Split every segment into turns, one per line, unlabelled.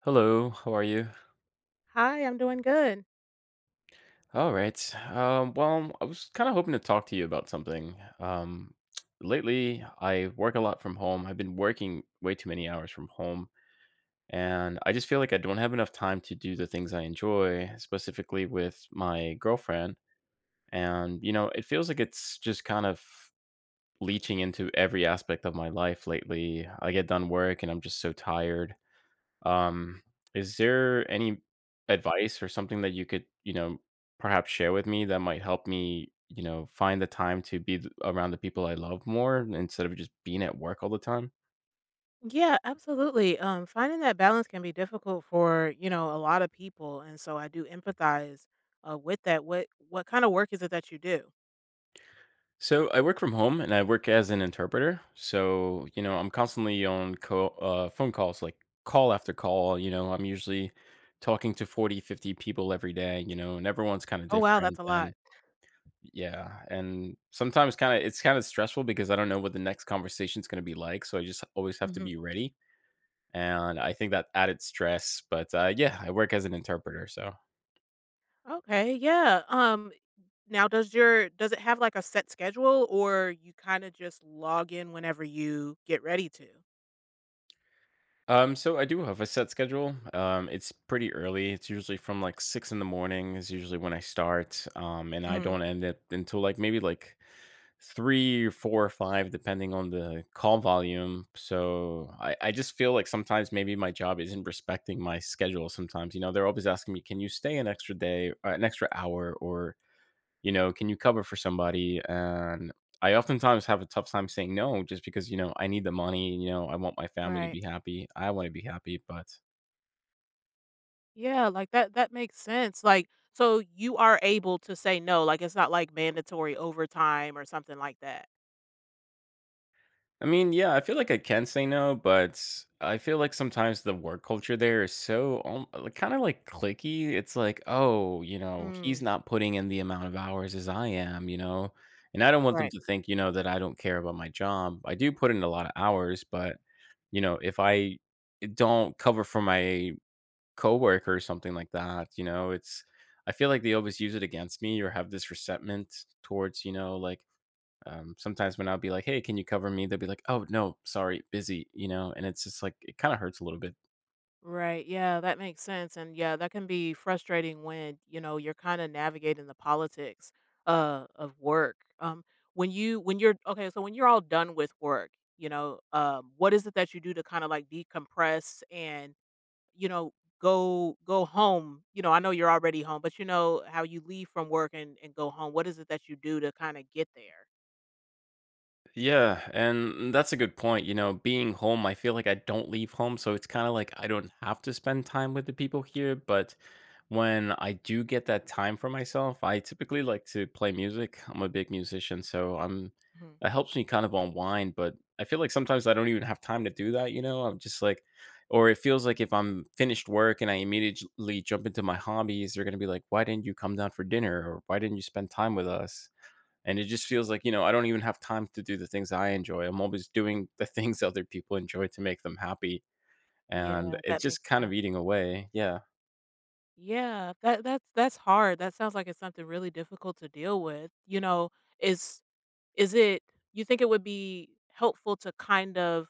Hello, how are you?
Hi, I'm doing good.
All right. Well, I was kind of hoping to talk to you about something. Lately, I work a lot from home. I've been working way too many hours from home, and I just feel like I don't have enough time to do the things I enjoy, specifically with my girlfriend. And, it feels like it's just kind of leeching into every aspect of my life lately. I get done work and I'm just so tired. Um, is there any advice or something that you could, perhaps share with me that might help me, find the time to be around the people I love more instead of just being at work all the time?
Yeah, absolutely. Finding that balance can be difficult for a lot of people, and so I do empathize with that. What kind of work is it that you do?
So I work from home and I work as an interpreter. So,
Okay.
I'm constantly on phone calls, like call after call. I'm usually talking to 40, 50 people every day, and everyone's kind of
Oh wow, that's
different.
a lot.
Yeah, and sometimes kinda it's kinda stressful because I don't know what the next conversation's gonna be like, so I just always have to be
Hmm.
ready, and I think that added stress, but, yeah, I work as an interpreter, so.
Okay, yeah. Now does it have like a set schedule, or you kind of just log in whenever you get ready to?
So I do have a set schedule, it's pretty early, it's usually from, like, 6 in the morning is usually when I start, and I
Hmm.
don't end it until, like, maybe, like 3 4 or 5 depending on the call volume. So I just feel like sometimes maybe my job isn't respecting my schedule sometimes, they're always asking me, "Can you stay an extra day or an extra hour?" Or, "Can you cover for somebody?" And I oftentimes have a tough time saying no just because, I need the money, I want my family to
Right.
be happy. I wanna be happy, but
Yeah, like that. That makes sense. Like, so you are able to say no. Like, it's not like mandatory overtime or something like that.
I mean, yeah, I feel like I can say no, but I feel like sometimes the work culture there is so kind of like clicky. It's like, oh, he's
Mm,
not putting in the amount of hours as I am, and I don't want them
right.
to think, that I don't care about my job. I do put in a lot of hours, but if I don't cover for my coworker or something like that, it's, I feel like they always use it against me or have this resentment towards, like sometimes when I'll be like, "Hey, can you cover me?" They'll be like, "Oh, no, sorry, busy," and it's just like it kind of hurts a little bit.
Right. Yeah, that makes sense. And yeah, that can be frustrating when, you know, you're kind of navigating the politics of work. When you when you're okay, so when you're all done with work, you know, what is it that you do to kind of like decompress and, you know, go home? You know, I know you're already home, but you know how you leave from work and go home. What is it that you do to kind of get there?
Yeah, and that's a good point. Being home, I feel like I don't leave home, so it's kind of like I don't have to spend time with the people here, but when I do get that time for myself, I typically like to play music. I'm a big musician, so I'm
Mhm.
that helps me kind of unwind, but I feel like sometimes I don't even have time to do that, you know? I'm just like Or it feels like if I'm finished work and I immediately jump into my hobbies, they're going to be like, "Why didn't you come down for dinner?" or "Why didn't you spend time with us?" And it just feels like I don't even have time to do the things I enjoy. I'm always doing the things other people enjoy to make them happy, and
Yeah,
it's
that
just
makes
kind of
sense.
eating away. Yeah.
Yeah, that's hard. That sounds like it's something really difficult to deal with. You know, is is it you think it would be helpful to kind of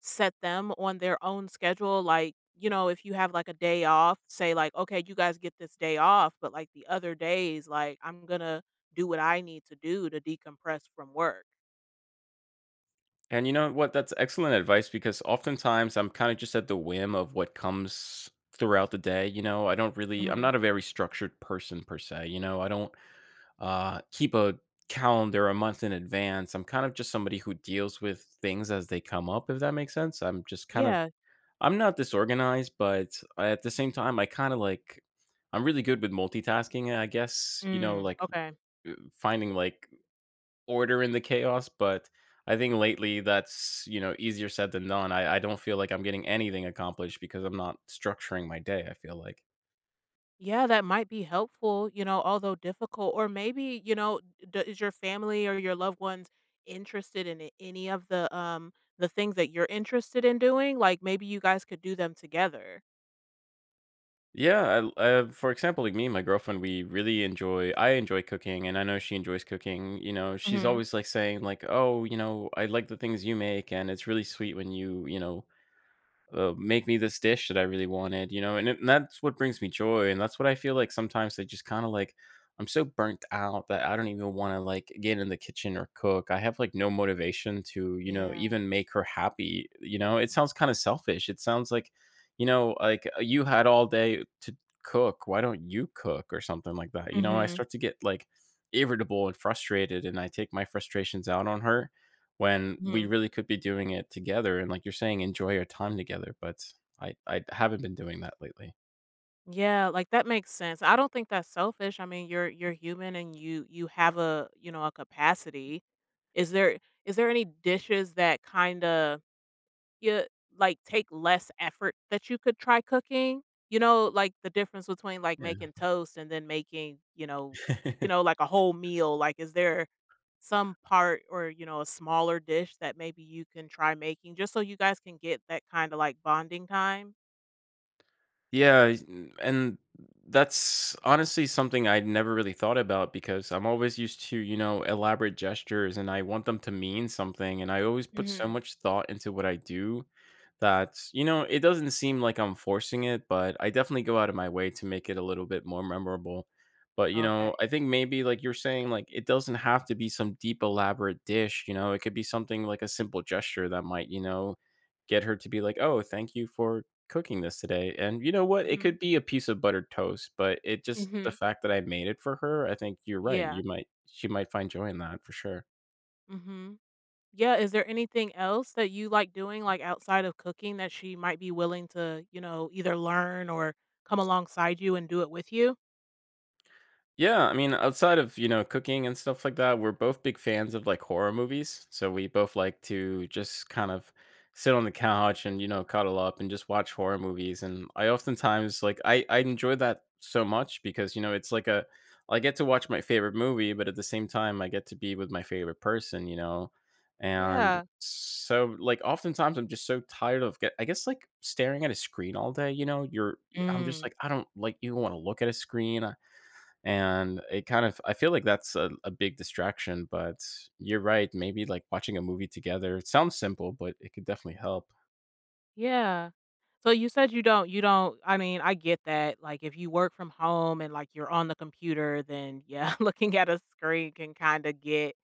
set them on their own schedule, like, you know, if you have like a day off, say like, okay, you guys get this day off, but like the other days like I'm going to do what I need to do to decompress from work.
And you know what, that's excellent advice because oftentimes I'm kind of just at the whim of what comes throughout the day. You know I don't really I'm
Mhm.
not a very structured person per se. I don't keep a calendar a month in advance. I'm kind of just somebody who deals with things as they come up if that makes sense. I'm just kind of
Yeah.
I'm not disorganized, but at the same time, I kind of like I'm really good with multitasking, I guess,
Mm,
like
okay.
finding like order in the chaos, but I think lately that's, easier said than done. I don't feel like I'm getting anything accomplished because I'm not structuring my day, I feel like.
Yeah, that might be helpful, you know, although difficult. Or maybe, you know, d is your family or your loved ones interested in any of the things that you're interested in doing? Like maybe you guys could do them together.
Yeah, I, for example, like me and my girlfriend, we really enjoy. I enjoy cooking, and I know she enjoys cooking. She's
Mhm.
always like saying, like, "Oh, I like the things you make, and it's really sweet when you, make me this dish that I really wanted, and that's what brings me joy, and that's what I feel like sometimes they just kind of like, I'm so burnt out that I don't even want to like get in the kitchen or cook. I have like no motivation to
Yeah.
even make her happy. You know, it sounds kind of selfish. It sounds like you had all day to cook. Why don't you cook or something like that? I
Mhm.
start to get like irritable and frustrated, and I take my frustrations out on her when we
Mhm.
really could be doing it together and like you're saying, enjoy our time together, but I haven't been doing that lately.
Yeah, like that makes sense. I don't think that's selfish. I mean, you're human and you have a capacity. Is there is there any dishes that kind of you like take less effort that you could try cooking. You know, like the difference between like making toast and then making, you know,
Yeah.
you know, like a whole meal. Like, is there some part or, you know, a smaller dish that maybe you can try making just so you guys can get that kind of like bonding time?
Yeah, and that's honestly something I'd never really thought about because I'm always used to, elaborate gestures and I want them to mean something. And I always put so
Mhm.
much thought into what I do that, it doesn't seem like I'm forcing it, but I definitely go out of my way to make it a little bit more memorable. But,
Okay.
I think maybe like you're saying, like it doesn't have to be some deep, elaborate dish. It could be something like a simple gesture that might, get her to be like, oh, thank you for cooking this today. And you know what? It
Mhm.
could be a piece of buttered toast, but it just the
Mhm.
fact that I made it for her, I think you're right.
Yeah.
You might, she might find joy in that for sure.
Mhm. Yeah, is there anything else that you like doing like outside of cooking that she might be willing to, you know, either learn or come alongside you and do it with you?
Yeah, I mean, outside of, cooking and stuff like that, we're both big fans of like horror movies. So we both like to just kind of sit on the couch and, cuddle up and just watch horror movies. And I oftentimes like I enjoy that so much because, it's like a I get to watch my favorite movie, but at the same time I get to be with my favorite person. And
Yeah.
so like oftentimes I'm just so tired of get I guess like staring at a screen all day, you know. You're I'm just
Mm.
like I don't like you want to look at a screen. And it kind of I feel like that's a big distraction, but you're right. Maybe like watching a movie together. It sounds simple, but it could definitely help.
Yeah. So you said, you don't I mean, I get that, like, if you work from home and, like, you're on the computer, then, yeah, looking at a screen can kinda get,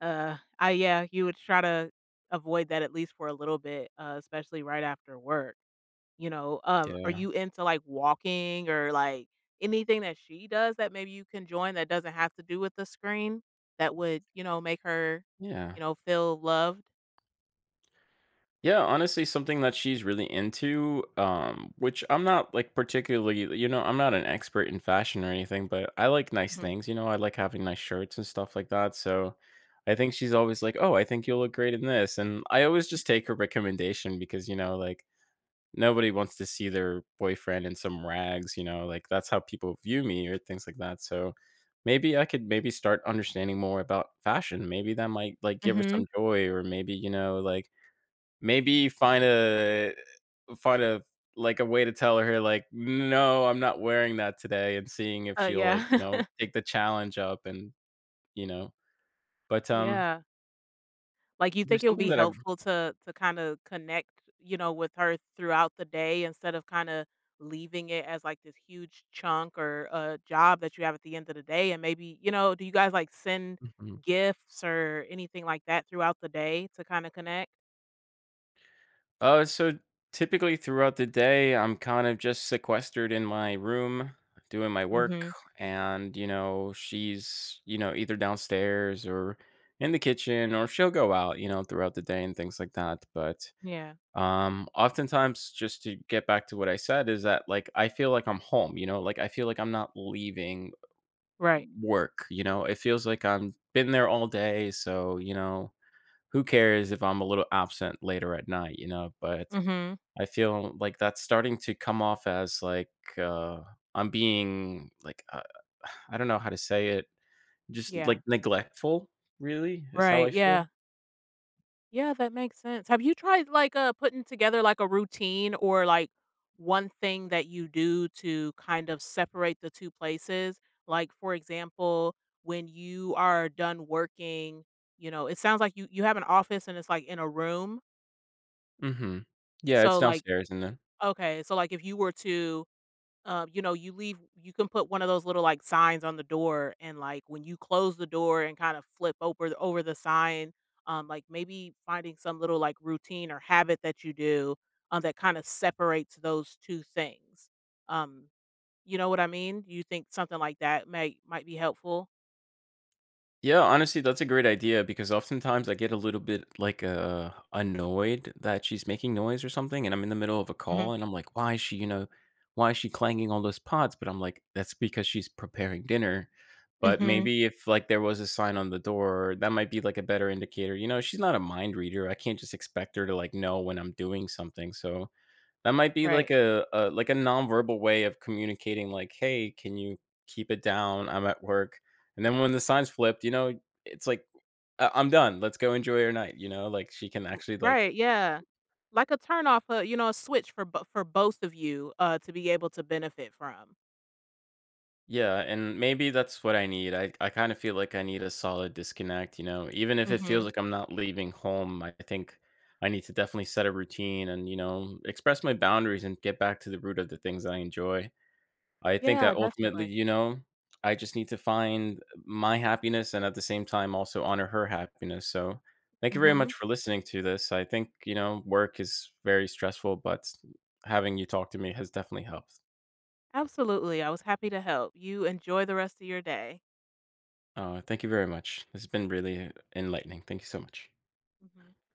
I yeah, you would try to avoid that at least for a little bit, especially right after work, you know? Are
Yeah.
you into, like, walking or, like, anything that she does that maybe you can join that doesn't have to do with the screen that would, you know, make her,
Yeah.
you know, feel loved?
Yeah, honestly, something that she's really into, which I'm not like particularly, I'm not an expert in fashion or anything, but I like nice
Mhm.
things, I like having nice shirts and stuff like that. So I think she's always like, oh, I think you'll look great in this. And I always just take her recommendation because, like nobody wants to see their boyfriend in some rags, like that's how people view me or things like that. So maybe I could maybe start understanding more about fashion. Maybe that might like give her
Mhm.
some joy or maybe, like maybe find a like a way to tell her like, "No, I'm not wearing that today," and seeing if
Uh,
she'll like,
yeah.
take the challenge up, and you know. But
Yeah. Like, you
there's
think it would
something
be
that I've,
helpful to kinda connect, you know, with her throughout the day instead of kinda leaving it as, like, this huge chunk or a job that you have at the end of the day, and maybe, you know, do you guys, like, send
mm-hmm.
gifts or anything like that throughout the day to kinda connect?
So typically throughout the day, I'm kind of just sequestered in my room doing my work.
Mhm.
And, she's, either downstairs or in the kitchen or she'll go out, throughout the day and things like that. But
Yeah.
oftentimes, just to get back to what I said, is that like I feel like I'm home, like I feel like I'm not leaving
Right.
work, it feels like I'm been there all day. So, who cares if I'm a little absent later at night, but
Mhm.
I feel like that's starting to come off as like uh, I'm being like I don't know how to say it, just
Yeah.
like neglectful. Really, is how I
Right, yeah.
feel.
Yeah, that makes sense. Have you tried, like, putting together, like, a routine or, like, one thing that you do to kind of separate the 2 places? Like, for example, when you are done working, you know, it sounds like you have an office and it's, like, in a room.
Hmm. Yeah, it's
So, like,
downstairs, and then.
okay, so, like, if you were to you can put one of those little, like, signs on the door, and, like, when you close the door and kind of flip over the sign, like, maybe finding some little, like, routine or habit that you do, that kinda separates those 2 things. Um, you know what I mean? You think something like that might be helpful?
Yeah, honestly, that's a great idea because oftentimes I get a little bit like annoyed that she's making noise or something, and I'm in the middle of a
Mhm,
call and I'm like, why is she clanging all those pots? But I'm like, that's because she's preparing dinner. But
mhm.
maybe if like there was a sign on the door, that might be like a better indicator. You know, she's not a mind reader. I can't just expect her to like know when I'm doing something. So that might be like
Right.
a like a nonverbal way of communicating like, "Hey, can you keep it down? I'm at work." And then when the signs flipped, it's like, "I'm done. Let's go enjoy your night," like she can actually like,
Right, yeah. Like a turn off, you know, a switch for bo for both of you, to be able to benefit from.
yeah, and maybe that's what I need. I kinda feel like I need a solid disconnect, even if it feels
Mhm.
like I'm not leaving home, I think I need to definitely set a routine and, express my boundaries and get back to the root of the things I enjoy. I think
Yeah,
that ultimately,
definitely.
I just need to find my happiness and at the same time also honor her happiness. So thank you very much
Mhm.
for listening to this. I think, work is very stressful, but having you talk to me has definitely helped.
Absolutely. I was happy to help. You enjoy the rest of your day.
Thank you very much. This has been really enlightening. Thank you so much.
Mhm.